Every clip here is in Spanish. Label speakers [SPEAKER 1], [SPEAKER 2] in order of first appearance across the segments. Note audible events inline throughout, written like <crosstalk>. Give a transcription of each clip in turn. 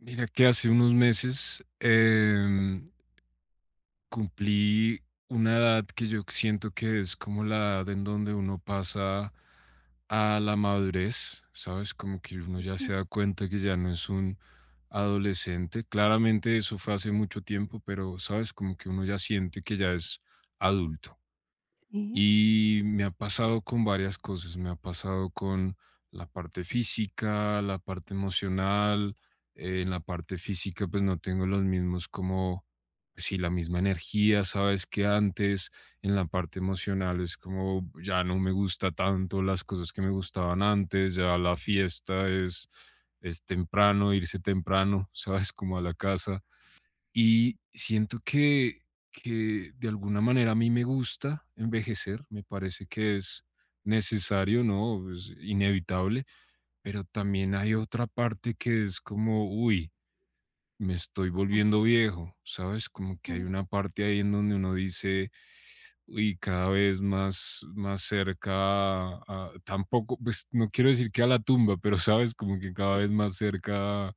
[SPEAKER 1] Mira que hace unos meses cumplí una edad que yo siento que es como la edad en donde uno pasa a la madurez, ¿sabes? Como que uno ya se
[SPEAKER 2] Ujú.
[SPEAKER 1] da cuenta que ya no es un adolescente. Claramente eso fue hace mucho tiempo, pero, ¿sabes? Como que uno ya siente que ya es adulto.
[SPEAKER 2] Sí.
[SPEAKER 1] Y me ha pasado con varias cosas, me ha pasado con la parte física, la parte emocional, en la parte física pues no tengo los mismos como, pues, sí, la misma energía, sabes, que antes, en la parte emocional es como ya no me gusta tanto las cosas que me gustaban antes, ya la fiesta es temprano, irse temprano, <laughs> sabes, como a la casa y siento que de alguna manera a mí me gusta envejecer, me parece que es necesario, ¿no? Es inevitable, pero también hay otra parte que es como, uy, me estoy volviendo viejo, ¿sabes? Como que hay
[SPEAKER 2] Ujú.
[SPEAKER 1] una parte ahí en donde uno dice, y cada vez más, más cerca tampoco, pues no quiero decir que a la tumba, pero sabes, como que cada vez más cerca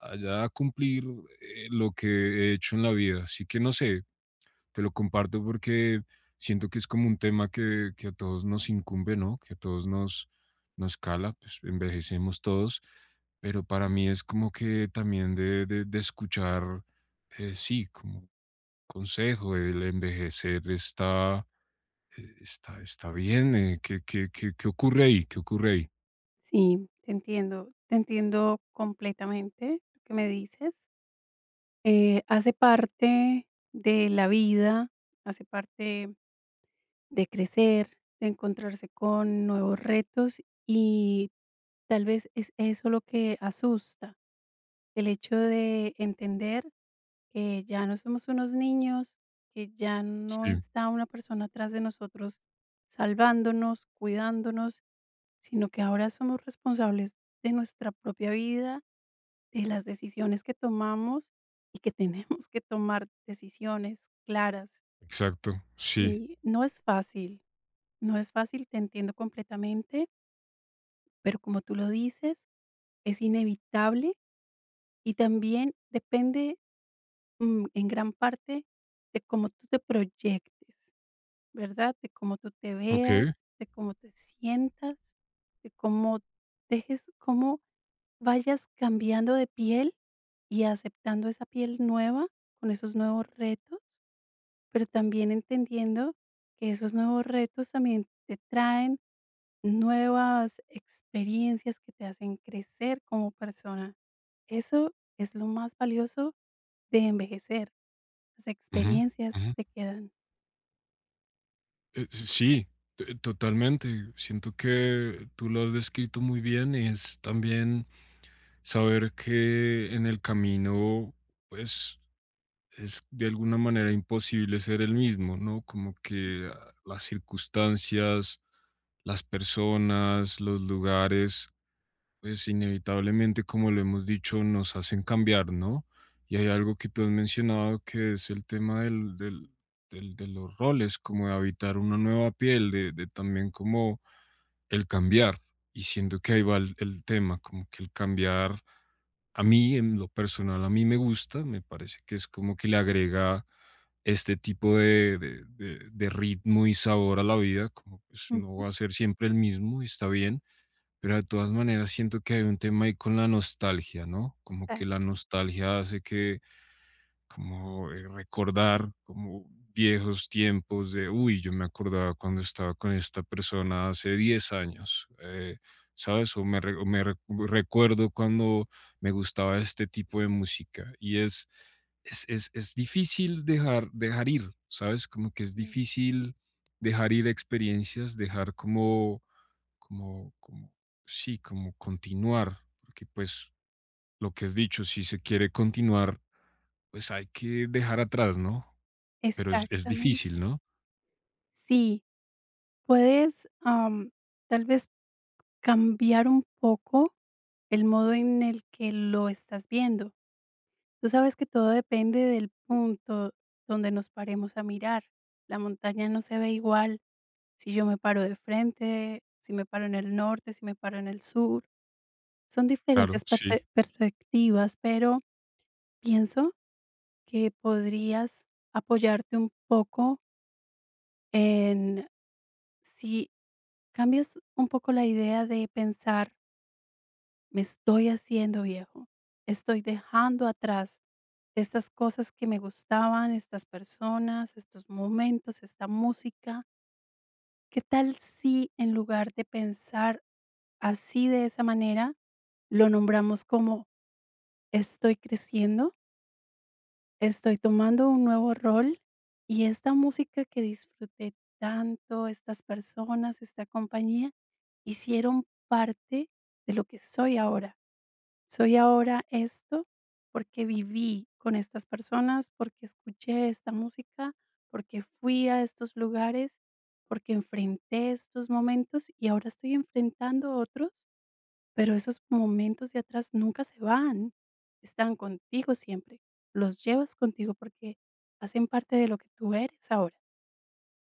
[SPEAKER 1] a ya cumplir lo que he hecho en la vida. Así que no sé, te lo comparto porque siento que es como un tema que a todos nos incumbe, ¿no? Que a todos nos, nos cala, pues envejecemos todos, pero para mí es como que también de escuchar, sí, como consejo, el envejecer está está bien, ¿qué ocurre ahí? ¿Qué ocurre ahí?
[SPEAKER 2] Sí, te entiendo completamente lo que me dices. Hace parte de la vida, hace parte de crecer, de encontrarse con nuevos retos y tal vez es eso lo que asusta, el hecho de entender que ya no somos unos niños, que ya no
[SPEAKER 1] Sí,
[SPEAKER 2] está una persona atrás de nosotros salvándonos, cuidándonos sino que ahora somos responsables de nuestra propia vida, de las decisiones que tomamos y que <laughs> tenemos que tomar decisiones claras.
[SPEAKER 1] exacto, sí,
[SPEAKER 2] Y no es fácil, no es fácil, te entiendo completamente, pero como tú lo dices, es inevitable y también depende, en gran parte de cómo tú te proyectes, ¿verdad? De cómo tú te veas,
[SPEAKER 1] okey,
[SPEAKER 2] de cómo te sientas, de cómo dejes, cómo vayas cambiando de piel y aceptando esa piel nueva con esos nuevos retos, pero también entendiendo que esos nuevos retos también te traen nuevas experiencias que te hacen crecer como persona. Eso es lo más valioso de envejecer, las
[SPEAKER 1] ujú,
[SPEAKER 2] experiencias
[SPEAKER 1] ujú.
[SPEAKER 2] que te quedan.
[SPEAKER 1] Sí, totalmente. Siento que tú lo has descrito muy bien, y es también saber que en el camino, pues, es de alguna manera imposible ser el mismo, ¿no? Como que, ah, las circunstancias, las personas, los lugares pues inevitablemente, como lo hemos dicho, nos hacen cambiar, ¿no? Y hay algo que tú has mencionado que es el tema del de los roles, como de habitar una nueva piel, de también como el cambiar. Y siento que ahí va el tema, como que el cambiar a mí, en lo personal, a mí me gusta, me parece que es como que le agrega este tipo de ritmo y sabor a la vida, como pues no
[SPEAKER 2] Ujú.
[SPEAKER 1] va a ser siempre el mismo, y está bien pero de todas maneras siento que hay un tema ahí con la nostalgia, ¿no? Como que
[SPEAKER 2] Exacto,
[SPEAKER 1] la nostalgia hace que, como recordar como viejos tiempos de, uy, yo me acordaba cuando estaba con esta persona hace 10 años, ¿sabes? O me recuerdo cuando me gustaba este tipo de música. Y es difícil dejar, dejar ir, ¿sabes? Como que es
[SPEAKER 2] sí.
[SPEAKER 1] difícil dejar ir experiencias, dejar como sí, como continuar, porque pues lo que has dicho, si se quiere continuar, pues hay que dejar atrás, ¿no? Pero es difícil,
[SPEAKER 2] Exactamente.
[SPEAKER 1] ¿no?
[SPEAKER 2] Sí, puedes, tal vez cambiar un poco el modo en el que lo estás viendo. Tú sabes que todo depende del punto donde nos paremos a mirar. La montaña no se ve igual si yo me paro de frente, si me paro en el norte, si me paro en el sur. Son
[SPEAKER 1] Claro,
[SPEAKER 2] diferentes
[SPEAKER 1] sí,
[SPEAKER 2] perspectivas, pero pienso que podrías apoyarte un poco en, si cambias un poco la idea de pensar, me estoy haciendo viejo, estoy dejando atrás estas cosas que me gustaban, estas personas, estos momentos, esta música. ¿Qué tal si en lugar de pensar así de esa manera, lo nombramos como estoy creciendo, estoy tomando un nuevo rol y esta música que disfruté tanto, estas personas, esta compañía, hicieron parte de lo que soy ahora? Soy ahora esto porque viví con estas personas, porque escuché esta música, porque fui a estos lugares, porque enfrenté estos momentos y ahora estoy enfrentando otros, pero esos momentos de atrás nunca se van. Están contigo siempre. Los llevas contigo porque hacen parte de lo que tú eres ahora.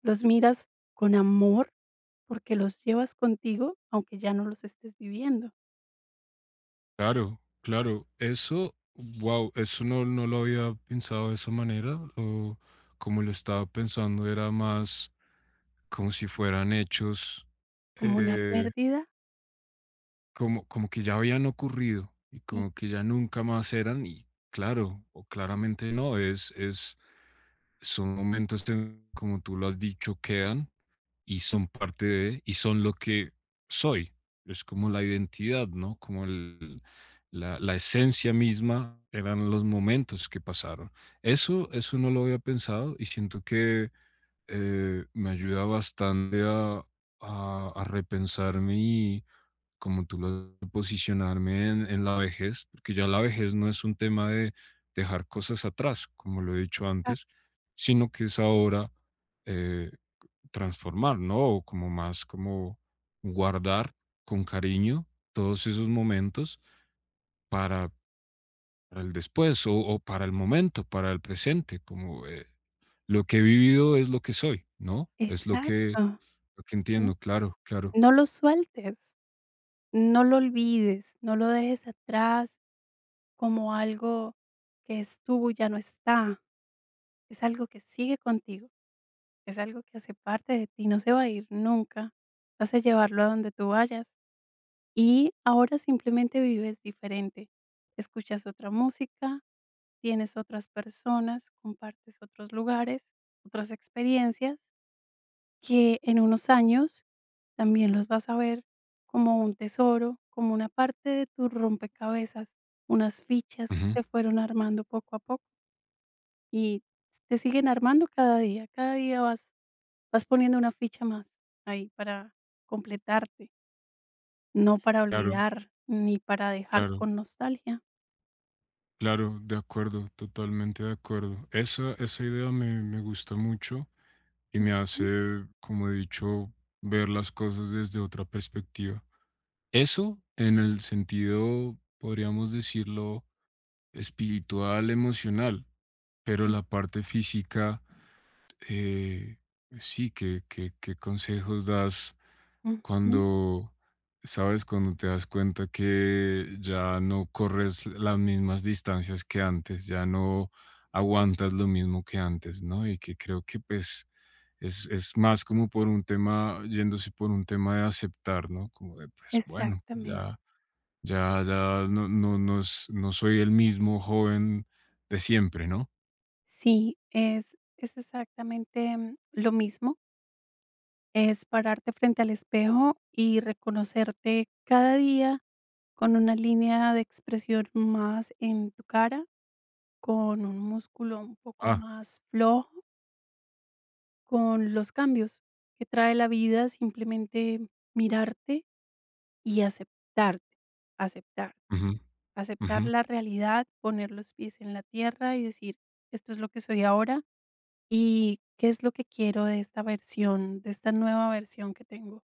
[SPEAKER 2] Los miras con amor porque los llevas contigo, aunque ya no los estés viviendo,
[SPEAKER 1] claro, claro. Eso, wow, eso no, no lo había pensado de esa manera. O como lo estaba pensando, era más como si fueran hechos.
[SPEAKER 2] como una
[SPEAKER 1] eh,
[SPEAKER 2] pérdida.
[SPEAKER 1] Como que ya habían ocurrido y
[SPEAKER 2] Sí.
[SPEAKER 1] como que ya nunca más eran y claro, o claramente no, es son momentos que, como tú lo has dicho, quedan y son parte de y son lo que soy. Es como la identidad, ¿no? Como el la esencia misma eran los momentos que pasaron. Eso no lo había pensado y siento que me ayuda bastante a, a repensarme y, como tú lo posicionarme en la vejez, porque ya la vejez no es un tema de dejar cosas atrás, como lo he dicho antes, sino que es ahora eh, transformar, ¿no? O como más como guardar con cariño todos esos momentos para, para el después o para el momento, para el presente, como lo que he vivido es lo que soy, ¿no? Es
[SPEAKER 2] Exacto,
[SPEAKER 1] lo que entiendo,
[SPEAKER 2] sí.
[SPEAKER 1] claro, claro.
[SPEAKER 2] No lo sueltes, no lo olvides, no lo dejes atrás como algo que es tuyo, ya no está, es algo que sigue contigo, es algo que hace parte de ti, no se va a ir nunca, vas a llevarlo a donde tú vayas y ahora simplemente vives diferente, escuchas otra música, tienes otras personas, compartes otros lugares, otras experiencias que en unos años también los vas a ver como un tesoro, como una parte de tu rompecabezas, unas fichas que
[SPEAKER 1] Ujú.
[SPEAKER 2] te fueron armando poco a poco y te siguen armando cada día. Cada día vas poniendo una ficha más ahí para completarte, no para
[SPEAKER 1] Claro,
[SPEAKER 2] olvidar ni para dejar
[SPEAKER 1] claro,
[SPEAKER 2] con nostalgia.
[SPEAKER 1] claro, de acuerdo, totalmente de acuerdo. Esa idea me, me gusta mucho y me
[SPEAKER 2] Ujú,
[SPEAKER 1] hace, como he dicho, ver las cosas desde otra perspectiva. Eso en el sentido, podríamos decirlo, espiritual, emocional, pero
[SPEAKER 2] sí,
[SPEAKER 1] la parte física eh, sí, ¿qué, qué, qué consejos das
[SPEAKER 2] ujú,
[SPEAKER 1] cuando, sabes, cuando te das cuenta que ya no corres las mismas distancias que antes, ya no aguantas lo mismo que antes, ¿no? Y que creo que pues es más como por un tema, yéndose por un tema de aceptar, ¿no? Como de, pues bueno, pues
[SPEAKER 2] exactamente.
[SPEAKER 1] ya, ya, ya no, no, no, no soy el mismo joven de siempre, ¿no?
[SPEAKER 2] Sí, es exactamente, lo mismo. Es pararte frente al espejo y reconocerte cada día con una línea de expresión más en tu cara, con un músculo un poco
[SPEAKER 1] Ah,
[SPEAKER 2] más flojo, con los cambios que trae la vida, simplemente mirarte y aceptarte, aceptarte,
[SPEAKER 1] ujú, ujú,
[SPEAKER 2] aceptar la realidad, poner los pies en la tierra y decir, esto es lo que soy ahora y qué es lo que quiero de esta versión, de esta nueva versión que tengo.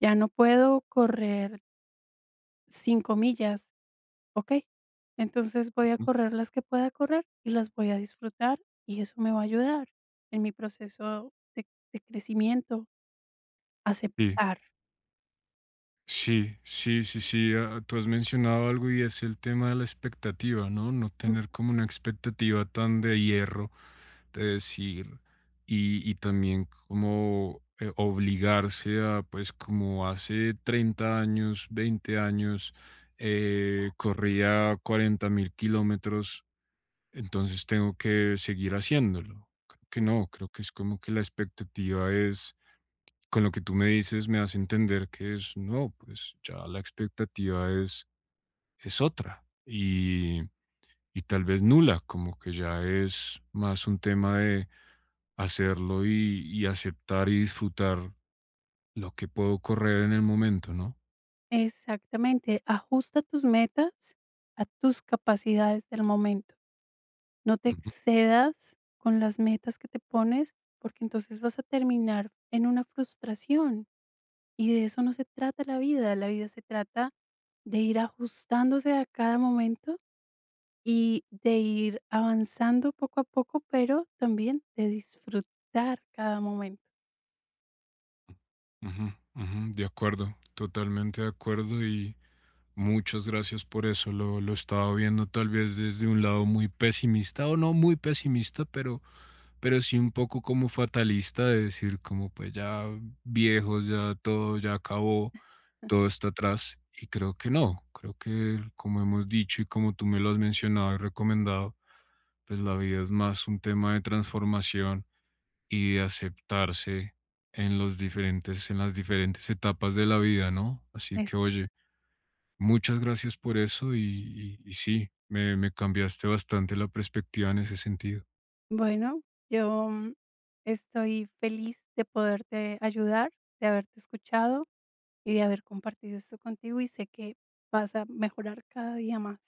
[SPEAKER 2] Ya no puedo correr 5 millas, ¿ok? Entonces voy a
[SPEAKER 1] ujú,
[SPEAKER 2] correr las que pueda correr y las voy a disfrutar y eso me va a ayudar en mi proceso de crecimiento,
[SPEAKER 1] sí.
[SPEAKER 2] aceptar.
[SPEAKER 1] Sí, sí, sí, sí. Tú has mencionado algo y es el tema de la expectativa, ¿no? No
[SPEAKER 2] Ujú,
[SPEAKER 1] tener como una expectativa tan de hierro, de decir, y también como obligarse a, pues como hace 30 años, 20 años, corría 40.000 kilómetros, entonces tengo que seguir haciéndolo. Creo que
[SPEAKER 2] ujú.
[SPEAKER 1] no, creo que es como que la expectativa es con lo que tú me dices me hace entender que es, no, pues ya la expectativa es otra y tal vez nula, como que ya es más un tema de hacerlo y aceptar y disfrutar lo que puedo correr en el momento, ¿no?
[SPEAKER 2] Exactamente, ajusta tus metas a tus capacidades del momento, no te
[SPEAKER 1] Ujú,
[SPEAKER 2] excedas con las metas que te pones, porque entonces vas a terminar en una frustración y de eso no se trata la vida se trata de ir ajustándose a cada momento y de ir avanzando poco a poco, pero también de disfrutar cada momento.
[SPEAKER 1] ujú, ujú, de acuerdo, totalmente de acuerdo y muchas gracias por eso. Lo estaba viendo tal vez desde un lado muy pesimista o no muy pesimista, pero sí un poco como fatalista de decir como pues ya viejos, ya todo ya acabó, todo está atrás y creo que
[SPEAKER 2] <laughs>
[SPEAKER 1] no, creo que como hemos dicho y como tú me lo has mencionado y recomendado, pues la vida es más un tema de transformación y de aceptarse en los diferentes en las diferentes etapas de la vida, ¿no? Así que
[SPEAKER 2] Es-
[SPEAKER 1] oye, muchas gracias por eso y, y sí, me cambiaste bastante la perspectiva en ese sentido.
[SPEAKER 2] Bueno, yo estoy feliz de poderte ayudar, de haberte escuchado y de haber compartido esto contigo y sé que vas a mejorar cada día más.